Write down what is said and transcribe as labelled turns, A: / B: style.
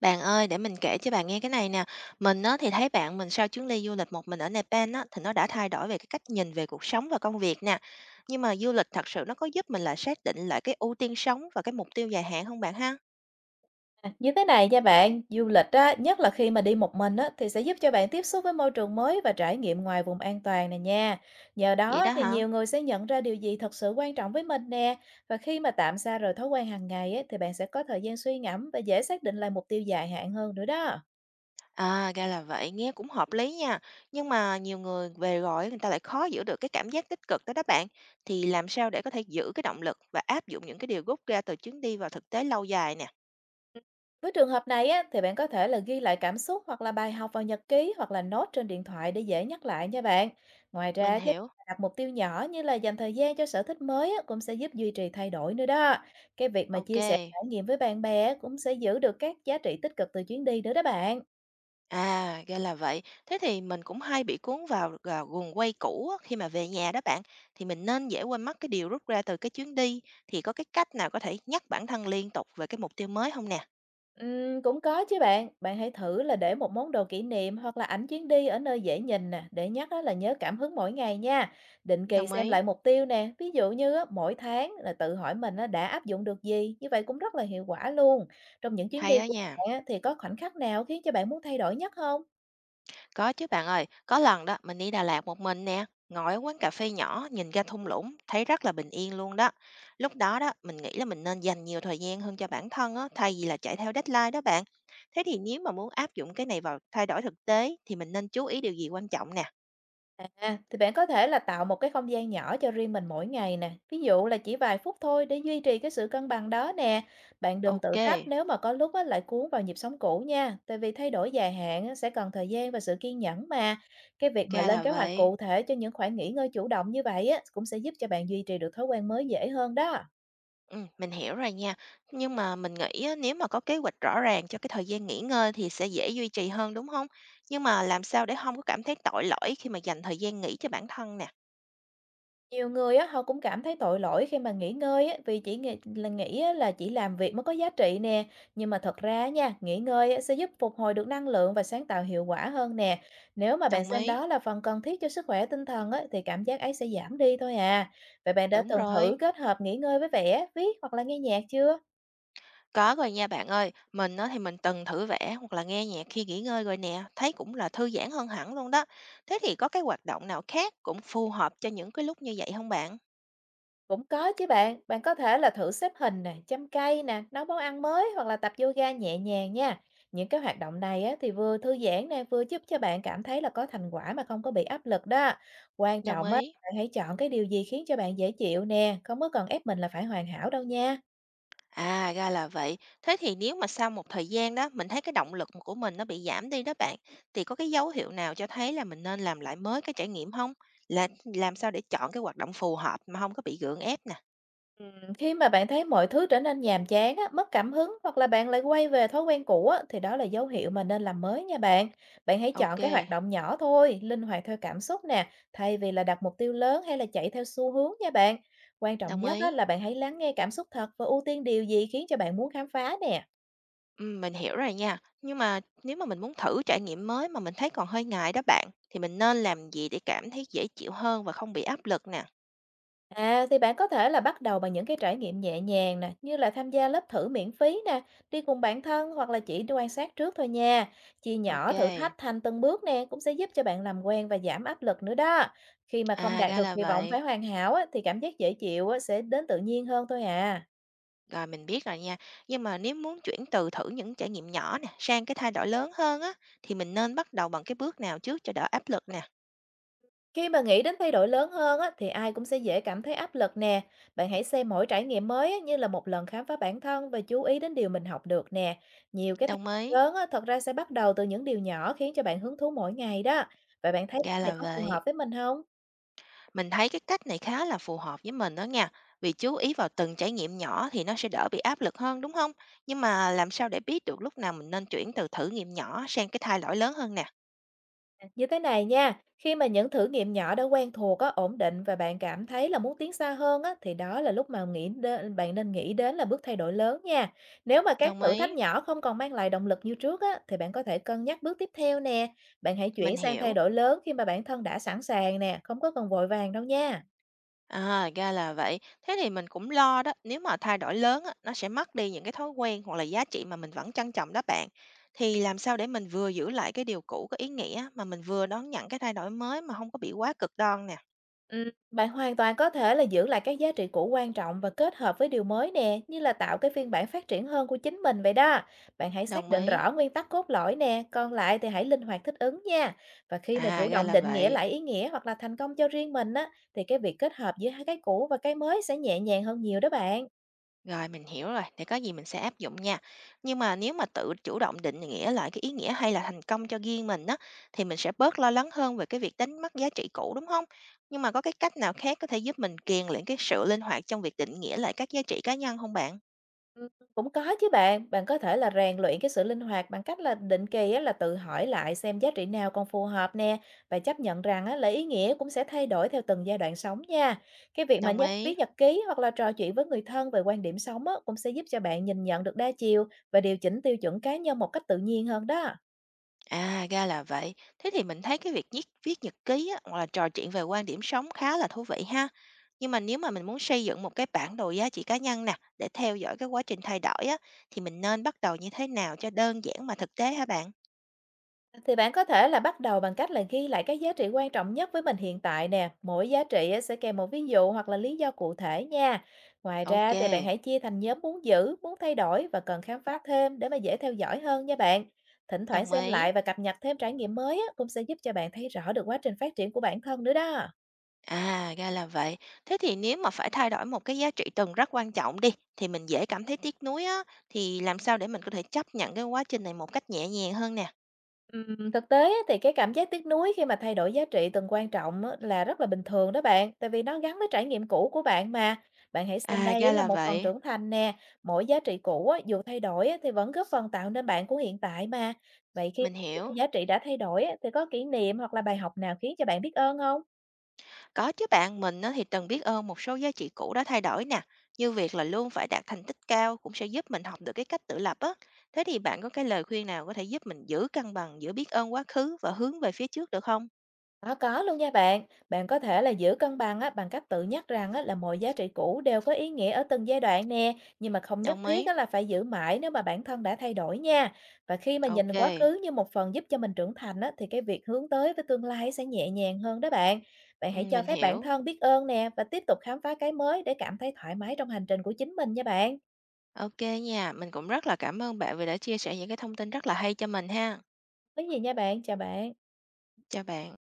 A: Bạn ơi, để mình kể cho bạn nghe cái này nè. Mình á, thì thấy bạn mình sau chuyến đi du lịch một mình ở Nepal á, thì nó đã thay đổi về cái cách nhìn về cuộc sống và công việc nè. Nhưng mà du lịch thật sự nó có giúp mình là xác định lại cái ưu tiên sống và cái mục tiêu dài hạn không bạn ha?
B: À, như thế này nha bạn, du lịch á, nhất là khi mà đi một mình á, thì sẽ giúp cho bạn tiếp xúc với môi trường mới và trải nghiệm ngoài vùng an toàn này nha. Nhờ
A: Vậy
B: đó
A: đó
B: thì
A: hả?
B: nhiều người sẽ nhận ra điều gì thật sự quan trọng với mình nè. Và khi mà tạm xa rời thói quen hàng ngày á, thì bạn sẽ có thời gian suy ngẫm và dễ xác định lại mục tiêu dài hạn hơn nữa đó.
A: À, ra là vậy, nghe cũng hợp lý nha. Nhưng mà nhiều người về rồi người ta lại khó giữ được cái cảm giác tích cực đó đó bạn. Thì làm sao để có thể giữ cái động lực và áp dụng những cái điều rút ra từ chuyến đi vào thực tế lâu dài nè?
B: Với trường hợp này á, thì bạn có thể là ghi lại cảm xúc hoặc là bài học vào nhật ký hoặc là note trên điện thoại để dễ nhắc lại nha bạn. Ngoài
A: Mình
B: ra, cái
A: hiểu.
B: đặt mục tiêu nhỏ như là dành thời gian cho sở thích mới á, cũng sẽ giúp duy trì thay đổi nữa đó. Cái việc mà
A: Ok.
B: chia sẻ trải nghiệm với bạn bè cũng sẽ giữ được các giá trị tích cực từ chuyến đi nữa đó bạn.
A: À, ra là vậy. Thế thì mình cũng hay bị cuốn vào gà guồng quay cũ á, khi mà về nhà đó bạn. Thì mình nên dễ quên mất cái điều rút ra từ cái chuyến đi. Thì có cái cách nào có thể nhắc bản thân liên tục về cái mục tiêu mới không nè?
B: Cũng có chứ bạn. Bạn hãy thử là để một món đồ kỷ niệm hoặc là ảnh chuyến đi ở nơi dễ nhìn nè, để nhắc á là nhớ cảm hứng mỗi ngày nha. Định kỳ
A: Đồng
B: xem
A: ý.
B: lại mục tiêu nè, ví dụ như á, mỗi tháng là tự hỏi mình á, đã áp dụng được gì, như vậy cũng rất là hiệu quả luôn. Trong những chuyến đi
A: Hay đó
B: của
A: nha.
B: bạn á, thì có khoảnh khắc nào khiến cho bạn muốn thay đổi nhất không?
A: Có chứ bạn ơi, có lần đó mình đi Đà Lạt một mình nè, ngồi ở quán cà phê nhỏ nhìn ra thung lũng, thấy rất là bình yên luôn đó. Lúc đó đó mình nghĩ là mình nên dành nhiều thời gian hơn cho bản thân á, thay vì là chạy theo deadline đó bạn. Thế thì nếu mà muốn áp dụng cái này vào thay đổi thực tế thì mình nên chú ý điều gì quan trọng nè?
B: À, thì bạn có thể là tạo một cái không gian nhỏ cho riêng mình mỗi ngày nè. Ví dụ là chỉ vài phút thôi để duy trì cái sự cân bằng đó nè. Bạn đừng tự
A: Ok,
B: trách nếu mà có lúc á, lại cuốn vào nhịp sống cũ nha. Tại vì thay đổi dài hạn á, sẽ cần thời gian và sự kiên nhẫn mà. Cái việc mà
A: ra
B: lên
A: là
B: kế hoạch
A: vậy.
B: cụ thể cho những khoảng nghỉ ngơi chủ động như vậy á, cũng sẽ giúp cho bạn duy trì được thói quen mới dễ hơn đó.
A: Ừ, mình hiểu rồi nha. Nhưng mà mình nghĩ á, nếu mà có kế hoạch rõ ràng cho cái thời gian nghỉ ngơi thì sẽ dễ duy trì hơn đúng không? Nhưng mà làm sao để không có cảm thấy tội lỗi khi mà dành thời gian nghỉ cho bản thân nè?
B: Nhiều người á, họ cũng cảm thấy tội lỗi khi mà nghỉ ngơi á, vì chỉ nghĩ là nghĩ á, là chỉ làm việc mới có giá trị nè. Nhưng mà thật ra nha, nghỉ ngơi á, sẽ giúp phục hồi được năng lượng và sáng tạo hiệu quả hơn nè. Nếu mà bạn
A: Đồng
B: xem
A: ý.
B: đó là phần cần thiết cho sức khỏe tinh thần á, thì cảm giác ấy sẽ giảm đi thôi à. Vậy bạn đã
A: Đúng
B: từng thử
A: rồi,
B: kết hợp nghỉ ngơi với vẽ, viết hoặc là nghe nhạc chưa?
A: có rồi nha bạn ơi. Mình á, thì mình từng thử vẽ hoặc là nghe nhạc khi nghỉ ngơi rồi nè, thấy cũng là thư giãn hơn hẳn luôn đó. Thế thì có cái hoạt động nào khác cũng phù hợp cho những cái lúc như vậy không bạn?
B: Cũng có chứ bạn, bạn có thể là thử xếp hình nè, chăm cây nè, nấu món ăn mới hoặc là tập yoga nhẹ nhàng nha. Những cái hoạt động này á, thì vừa thư giãn nè, vừa giúp cho bạn cảm thấy là có thành quả mà không có bị áp lực đó. Quan
A: Đồng
B: trọng á,
A: ý.
B: bạn hãy chọn cái điều gì khiến cho bạn dễ chịu nè, không có cần ép mình là phải hoàn hảo đâu nha.
A: À, ra là vậy. Thế thì nếu mà sau một thời gian đó, mình thấy cái động lực của mình nó bị giảm đi đó bạn, thì có cái dấu hiệu nào cho thấy là mình nên làm lại mới cái trải nghiệm không? Là làm sao để chọn cái hoạt động phù hợp mà không có bị gượng ép nè.
B: Khi mà bạn thấy mọi thứ trở nên nhàm chán á, mất cảm hứng hoặc là bạn lại quay về thói quen cũ á, thì đó là dấu hiệu mà nên làm mới nha bạn. Bạn hãy chọn
A: Ok,
B: cái hoạt động nhỏ thôi, linh hoạt theo cảm xúc nè, thay vì là đặt mục tiêu lớn hay là chạy theo xu hướng nha bạn. Quan trọng
A: đồng
B: nhất á,
A: ý.
B: là bạn hãy lắng nghe cảm xúc thật và ưu tiên điều gì khiến cho bạn muốn khám phá nè.
A: Mình hiểu rồi nha. Nhưng mà nếu mà mình muốn thử trải nghiệm mới mà mình thấy còn hơi ngại đó bạn, thì mình nên làm gì để cảm thấy dễ chịu hơn và không bị áp lực nè?
B: À, thì bạn có thể là bắt đầu bằng những cái trải nghiệm nhẹ nhàng nè, như là tham gia lớp thử miễn phí nè, đi cùng bạn thân hoặc là chỉ đi quan sát trước thôi nha. Chia
A: Ok,
B: nhỏ thử thách thành từng bước nè cũng sẽ giúp cho bạn làm quen và giảm áp lực nữa đó. Khi mà không
A: à
B: đạt
A: ra
B: được
A: là
B: kỳ vọng
A: vậy.
B: phải hoàn hảo á, thì cảm giác dễ chịu á, sẽ đến tự nhiên hơn thôi à.
A: Rồi mình biết rồi nha. Nhưng mà nếu muốn chuyển từ thử những trải nghiệm nhỏ nè sang cái thay đổi lớn hơn á thì mình nên bắt đầu bằng cái bước nào trước cho đỡ áp lực nè.
B: Khi mà nghĩ đến thay đổi lớn hơn á, thì ai cũng sẽ dễ cảm thấy áp lực nè. Bạn hãy xem mỗi trải nghiệm mới á, như là một lần khám phá bản thân và chú ý đến điều mình học được nè. Nhiều cái thay
A: Đồng
B: đổi
A: ý.
B: lớn á, thật ra sẽ bắt đầu từ những điều nhỏ khiến cho bạn hứng thú mỗi ngày đó. Vậy bạn thấy
A: Ra
B: cách này
A: là
B: có phù
A: vậy.
B: hợp với mình không?
A: Mình thấy cái cách này khá là phù hợp với mình đó nha, vì chú ý vào từng trải nghiệm nhỏ thì nó sẽ đỡ bị áp lực hơn đúng không? Nhưng mà làm sao để biết được lúc nào mình nên chuyển từ thử nghiệm nhỏ sang cái thay đổi lớn hơn nè?
B: À, như thế này nha, khi mà những thử nghiệm nhỏ đã quen thuộc á, ổn định và bạn cảm thấy là muốn tiến xa hơn á, thì đó là lúc mà nghĩ đến, bạn nên nghĩ đến là bước thay đổi lớn nha. Nếu mà các
A: Đồng
B: thử thách
A: ý,
B: nhỏ không còn mang lại động lực như trước á, thì bạn có thể cân nhắc bước tiếp theo nè. Bạn hãy chuyển
A: mình
B: sang thay
A: hiểu.
B: đổi lớn khi mà bản thân đã sẵn sàng nè, không có cần vội vàng đâu nha.
A: À, ra là vậy. Thế thì mình cũng lo đó, nếu mà thay đổi lớn á, nó sẽ mất đi những cái thói quen hoặc là giá trị mà mình vẫn trân trọng đó bạn. Thì làm sao để mình vừa giữ lại cái điều cũ có ý nghĩa mà mình vừa đón nhận cái thay đổi mới mà không có bị quá cực đoan nè.
B: Bạn hoàn toàn có thể là giữ lại các giá trị cũ quan trọng và kết hợp với điều mới nè, như là tạo cái phiên bản phát triển hơn của chính mình vậy đó. Bạn hãy xác
A: Đồng
B: định
A: ý.
B: rõ nguyên tắc cốt lõi nè, còn lại thì hãy linh hoạt thích ứng nha. Và khi mà
A: À,
B: chủ
A: ra
B: động
A: là
B: định nghĩa
A: vậy.
B: lại ý nghĩa hoặc là thành công cho riêng mình á, thì cái việc kết hợp giữa hai cái cũ và cái mới sẽ nhẹ nhàng hơn nhiều đó bạn.
A: Rồi mình hiểu rồi, để có gì mình sẽ áp dụng nha. Nhưng mà nếu mà tự chủ động định nghĩa lại cái ý nghĩa hay là thành công cho riêng mình á thì mình sẽ bớt lo lắng hơn về cái việc đánh mất giá trị cũ đúng không? Nhưng mà có cái cách nào khác có thể giúp mình kiềng lại cái sự linh hoạt trong việc định nghĩa lại các giá trị cá nhân không bạn?
B: Ừm, Cũng có chứ bạn, bạn có thể là rèn luyện cái sự linh hoạt bằng cách là định kỳ á, là tự hỏi lại xem giá trị nào còn phù hợp nè và chấp nhận rằng á, là ý nghĩa cũng sẽ thay đổi theo từng giai đoạn sống nha. Cái việc mà
A: Đồng
B: nhất
A: ý.
B: viết nhật ký hoặc là trò chuyện với người thân về quan điểm sống á, cũng sẽ giúp cho bạn nhìn nhận được đa chiều và điều chỉnh tiêu chuẩn cá nhân một cách tự nhiên hơn đó.
A: À, ra là vậy. Thế thì mình thấy cái việc viết viết nhật ký á, hoặc là trò chuyện về quan điểm sống khá là thú vị ha. Nhưng mà nếu mà mình muốn xây dựng một cái bản đồ giá trị cá nhân nè, để theo dõi cái quá trình thay đổi á, thì mình nên bắt đầu như thế nào cho đơn giản mà thực tế hả bạn?
B: Thì bạn có thể là bắt đầu bằng cách là ghi lại các giá trị quan trọng nhất với mình hiện tại nè. Mỗi giá trị á, sẽ kèm một ví dụ hoặc là lý do cụ thể nha. Ngoài
A: Ok,
B: ra thì bạn hãy chia thành nhóm muốn giữ, muốn thay đổi và cần khám phá thêm để mà dễ theo dõi hơn nha bạn. Thỉnh thoảng
A: đồng
B: xem
A: ý.
B: lại và cập nhật thêm trải nghiệm mới á, cũng sẽ giúp cho bạn thấy rõ được quá trình phát triển của bản thân nữa đó.
A: À, ra là vậy. Thế thì nếu mà phải thay đổi một cái giá trị từng rất quan trọng đi, thì mình dễ cảm thấy tiếc nuối á, thì làm sao để mình có thể chấp nhận cái quá trình này một cách nhẹ nhàng hơn nè?
B: Thực tế á, thì cái cảm giác tiếc nuối khi mà thay đổi giá trị từng quan trọng á, là rất là bình thường đó bạn, tại vì nó gắn với trải nghiệm cũ của bạn mà. Bạn hãy xem
A: À,
B: đây á
A: ra
B: là
A: là
B: một phần
A: vậy.
B: trưởng thành nè, mỗi giá trị cũ á, dù thay đổi á, thì vẫn góp phần tạo nên bạn của hiện tại mà. Vậy khi
A: Mình hiểu.
B: giá trị đã thay đổi á, thì có kỷ niệm hoặc là bài học nào khiến cho bạn biết ơn không?
A: Có chứ bạn, mình á thì từng biết ơn một số giá trị cũ đã thay đổi nè, như việc là luôn phải đạt thành tích cao cũng sẽ giúp mình học được cái cách tự lập á. Thế thì bạn có cái lời khuyên nào có thể giúp mình giữ cân bằng giữa biết ơn quá khứ và hướng về phía trước được không?
B: Có luôn nha bạn. Bạn có thể là giữ cân bằng á, bằng cách tự nhắc rằng á, là mọi giá trị cũ đều có ý nghĩa ở từng giai đoạn nè, nhưng mà không nhất
A: Đồng
B: thiết
A: ý.
B: á, là phải giữ mãi nếu mà bản thân đã thay đổi nha. Và khi mà
A: Ok,
B: nhìn quá khứ như một phần giúp cho mình trưởng thành á, thì cái việc hướng tới với tương lai sẽ nhẹ nhàng hơn đó bạn. Bạn
A: ừ,
B: hãy cho
A: mình
B: phép bản
A: hiểu.
B: thân biết ơn nè và tiếp tục khám phá cái mới để cảm thấy thoải mái trong hành trình của chính mình nha bạn.
A: Ok nha, mình cũng rất là cảm ơn bạn vì đã chia sẻ những cái thông tin rất là hay cho mình ha.
B: Có gì nha bạn, chào bạn.
A: Chào bạn.